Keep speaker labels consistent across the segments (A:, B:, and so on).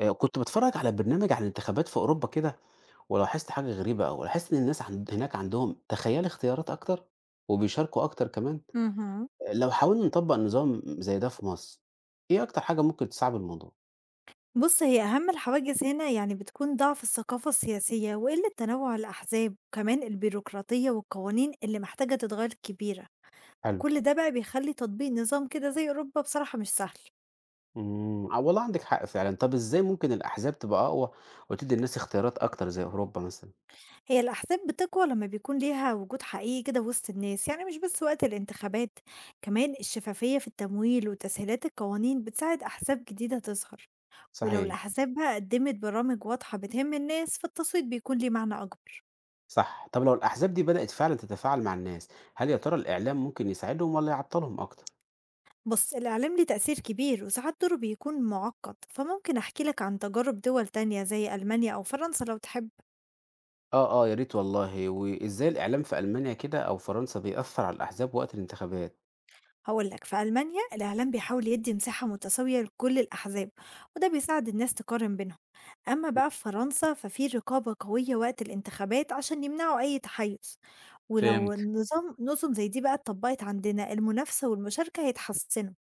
A: كنت باتفرّج على برنامج عن الانتخابات في أوروبا كده، ولاحظت حاجة غريبة أوي، لاحظت إن الناس عند هناك عندهم تخيّل اختيارات أكتر، وبيشاركوا أكتر كمان.
B: اهم.
A: آه، لو حاولنا نطبّق نظام زي ده في مصر، إيه أكتر حاجة ممكن تصعّب الموضوع؟
B: بُص، هي أهم الحواجز هنا يعني بتكون ضعف الثقافة السياسية وقلة تنوع الأحزاب، وكمان البيروقراطية والقوانين اللي محتاجة تتغير كبيرة،
A: حلو،
B: وكل ده بقى بيخلّي تطبيق نظام كده زي أوروبا بصراحة مش سهل.
A: آه والله عندِك حق فعلًا. طَب إزاي ممكن الأحزاب تبقى أقوى وتدّي الناس اختيارات أكتر زي أوروبا مثلًا؟
B: هي الأحزاب بتقوى لمّا بيكون ليها وجود حقيقي كده وسط الناس، يعني مش بس وقت الانتخابات، كمان الشفافية في التمويل وتسهيلات القوانين بتساعد أحزاب جديدة تظهر، ولو
A: صحيح،
B: الأحزاب بقى قدمت برامج واضحة بتهم الناس، فالتصويت بيكون ليه معنى أكبر.
A: صح. طَب لو الأحزاب دي بدأت فعلًا تتفاعل مع الناس، هل يا ترى الإعلام ممكن يساعدهم والّا يعطّلهم أكتر؟
B: بص الإعلام ليه تأثير كبير وساعات دوره بيكون معقد، فممكن أحكي لك عن تجارب دول تانية زي ألمانيا أو فرنسا لو تحب.
A: آه، آه، يا ريت والله، وإزاي الإعلام في ألمانيا كده أو فرنسا بيأثّر على الأحزاب وقت الانتخابات.
B: هقولك في ألمانيا الإعلام بيحاول يدي مساحة متساوية لكل الأحزاب، وده بيساعد الناس تقارن بينهم. أما بقى في فرنسا ففي رقابة قوية وقت الانتخابات عشان يمنعوا أي تحيز، ولو
A: فهمت.
B: النظام نظم زي دي بقى اتطبقت عندنا المنافسة والمشاركة هيتحسنوا.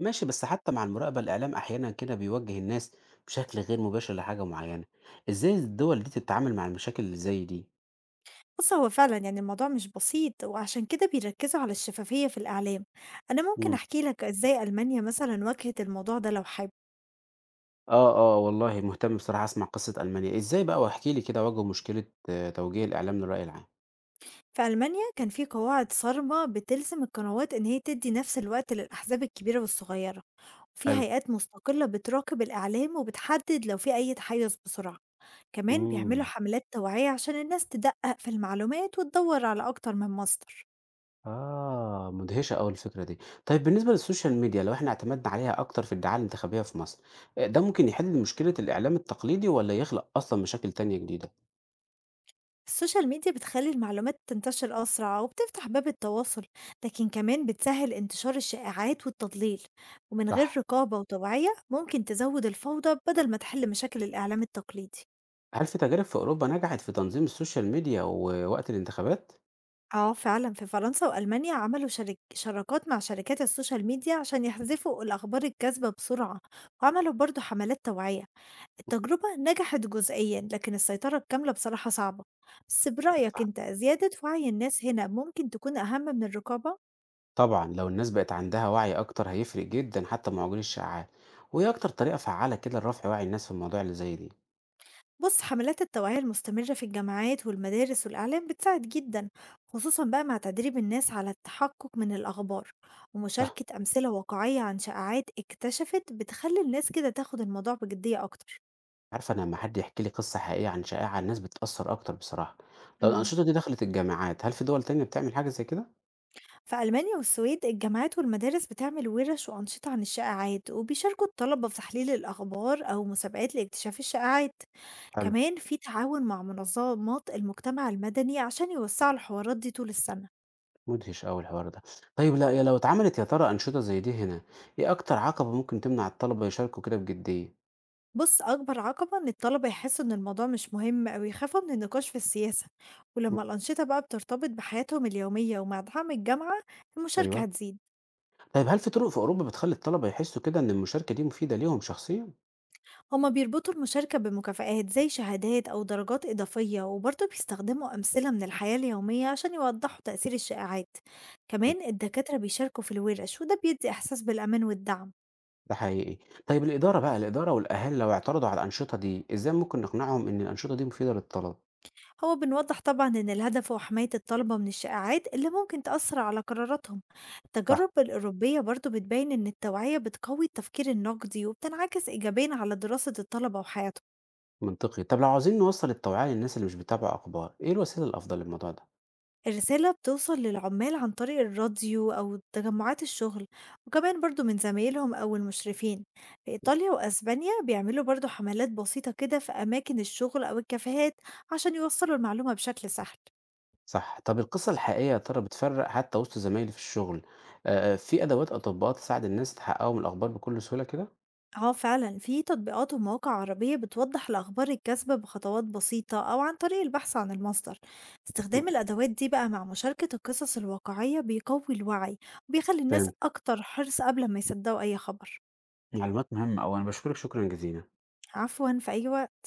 A: ماشي، بس حتى مع المراقبة الإعلام أحيانًا كده بيوجّه الناس بشكل غير مباشر لحاجة معيّنة، إزاي الدول دي تتعامل مع المشاكل اللي زي دي؟
B: بُص، هو فعلًا يعني الموضوع مش بسيط، وعشان كده بيركّزوا على الشفافية في الإعلام. أنا ممكن
A: إمم.
B: أحكي لك إزاي ألمانيا مثلًا واجهت الموضوع ده لو حابب.
A: آه، آه، والله مهتم بصراحة أسمع قصة ألمانيا، إزاي بقى واحكِ لي كده واجهوا مشكلة توجيه الإعلام للرأي العام؟
B: في ألمانيا كان في قواعد صارمة بتلزم القنوات إن هي تدّي نفس الوقت للأحزاب الكبيرة والصغيرة، وفي
A: حلو،
B: هيئات مستقلة بتراقب الإعلام وبتحدد لو في أي تحيُّز بسرعة. كمان بيعملوا
A: إمم.
B: حملات توعية عشان الناس تدقّق في المعلومات وتدوّر على أكتر من مصدر.
A: آه، مدهشة أوي الفكرة دي. طيب بالنسبة للسوشيال ميديا لو إحنا اعتمدنا عليها أكتر في الدعاية الانتخابية في مصر، ده ممكن يحل مشكلة الإعلام التقليدي والّا يخلق أصلًا مشاكل تانية جديدة؟
B: السوشيال ميديا بتخلّي المعلومات تنتشر أسرع وبتفتح باب التواصل، لكن كمان بتسهّل انتشار الشائعات والتضليل، ومن غير
A: صح.
B: رقابة وتوعية ممكن تزوّد الفوضى بدل ما تحل مشاكل الإعلام التقليدي.
A: هل في تجارب في أوروبا نجحت في تنظيم السوشيال ميديا ووقت الانتخابات؟
B: آه فعلًا في فرنسا وألمانيا عملوا شراكات مع شركات السوشيال ميديا عشان يحذفوا الأخبار الكاذبة بسرعة، وعملوا برضه حملات توعية، التجربة نجحت جزئيًا لكن السيطرة الكاملة بصراحة صعبة. بس برأيك
A: صح.
B: أنت زيادة وعي الناس هنا ممكن تكون أهم من الرقابة؟
A: طبعًا لو الناس بقت عندها وعي أكتر هيفرق جدًا حتى مع وجود الشائعات. وإيه أكتر طريقة فعّالة كده لرفع وعي الناس في المواضيع اللي زي دي؟
B: بص حملات التوعية المستمرة في الجامعات والمدارس والإعلام بتساعد جدا، خصوصا بقى مع تدريب الناس على التحقق من الأخبار،
A: صح.
B: ومشاركة أمثلة واقعية عن شائعات اكتشفت بتخلي الناس كده تاخد الموضوع بجدية أكتر.
A: عارفة أنا لمّا حد يحكي لي قصة حقيقية عن شائعة، الناس بتتأثّر أكتر بصراحة. لو
B: مم.
A: الأنشطة دي دخلت الجامعات، هل في دول تانية بتعمل حاجة زي كده؟
B: في ألمانيا والسويد الجامعات والمدارس بتعمل ورش وأنشطة عن الشائعات وبيشاركوا الطلبة في تحليل الأخبار أو مسابقات لاكتشاف الشائعات.
A: حلو.
B: كمان في تعاون مع منظمات المجتمع المدني عشان يوسعوا الحوارات دي طول السنة.
A: مدهش أوي الحوار ده. طيب لا يا لو اتعملت يا ترى أنشطة زي دي هنا، إيه أكتر عقبة ممكن تمنع الطلبة يشاركوا كده بجدية؟
B: بُص، أكبر عقبة إن الطلبة يحسّوا إن الموضوع مش مهم أو يخافوا من النقاش في السياسة، ولمّا
A: مم.
B: الأنشطة بقى بترتبط بحياتهم اليومية ومع دعم الجامعة، المشاركة
A: أيوه.
B: هتزيد.
A: طيب هل في طرق في أوروبا بتخلّي الطلبة يحسّوا كده إن المشاركة دي مفيدة ليهم شخصيًا؟
B: هُم بيربطوا المشاركة بمكافآت زي شهادات أو درجات إضافية، وبرضه بيستخدموا أمثلة من الحياة اليومية عشان يوضحوا تأثير الشائعات.
A: حلو.
B: كمان الدكاترة بيشاركوا في الورش وده بيدّي إحساس بالأمان والدعم.
A: ده حقيقي. طيب الإدارة بقى، الإدارة والأهالي لو اعترضوا على الأنشطة دي، إزاي ممكن نقنعهم إن الأنشطة دي مفيدة للطلبة؟
B: هو بنوضح طبعا إن الهدف هو حماية الطلبة من الشائعات اللي ممكن تأثر على قراراتهم.
A: صح.
B: التجارب الأوروبية برضو بتبين إن التوعية بتقوي التفكير النقدي وبتنعكس إيجابيا على دراسة الطلبة وحياتهم.
A: منطقي. طب لو عاوزين نوصل التوعية للناس اللي مش بيتابعوا أخبار إيه الوسيلة الأفضل للموضوع ده؟
B: الرسالة بتوصل للعمال عن طريق الراديو أو تجمعات الشغل، وكمان برضو من زمايلهم أو المشرفين. في
A: آه.
B: إيطاليا وأسبانيا بيعملوا برضو حملات بسيطة كده في أماكن الشغل أو الكافيهات عشان يوصلوا المعلومة بشكل سهل.
A: صح. طب القصة الحقيقية يا ترى بتفرق حتى وسط زمايلي في الشغل. آه، آه، في أدوات أو تطبيقات تساعد الناس يتحققوا من الأخبار بكل سهولة كده؟
B: آه فعلا في تطبيقات ومواقع عربية بتوضح الأخبار الكاذبة بخطوات بسيطة أو عن طريق البحث عن المصدر.
A: مم.
B: استخدام الأدوات دي بقى مع مشاركة القصص الواقعية بيقوي الوعي وبيخلي الناس
A: فهمت.
B: أكتر حرص قبل ما يصدقوا أي خبر.
A: معلومات مهمة أوي أنا بشكرك شكرا جزيلا.
B: عفوا، في أي وقت.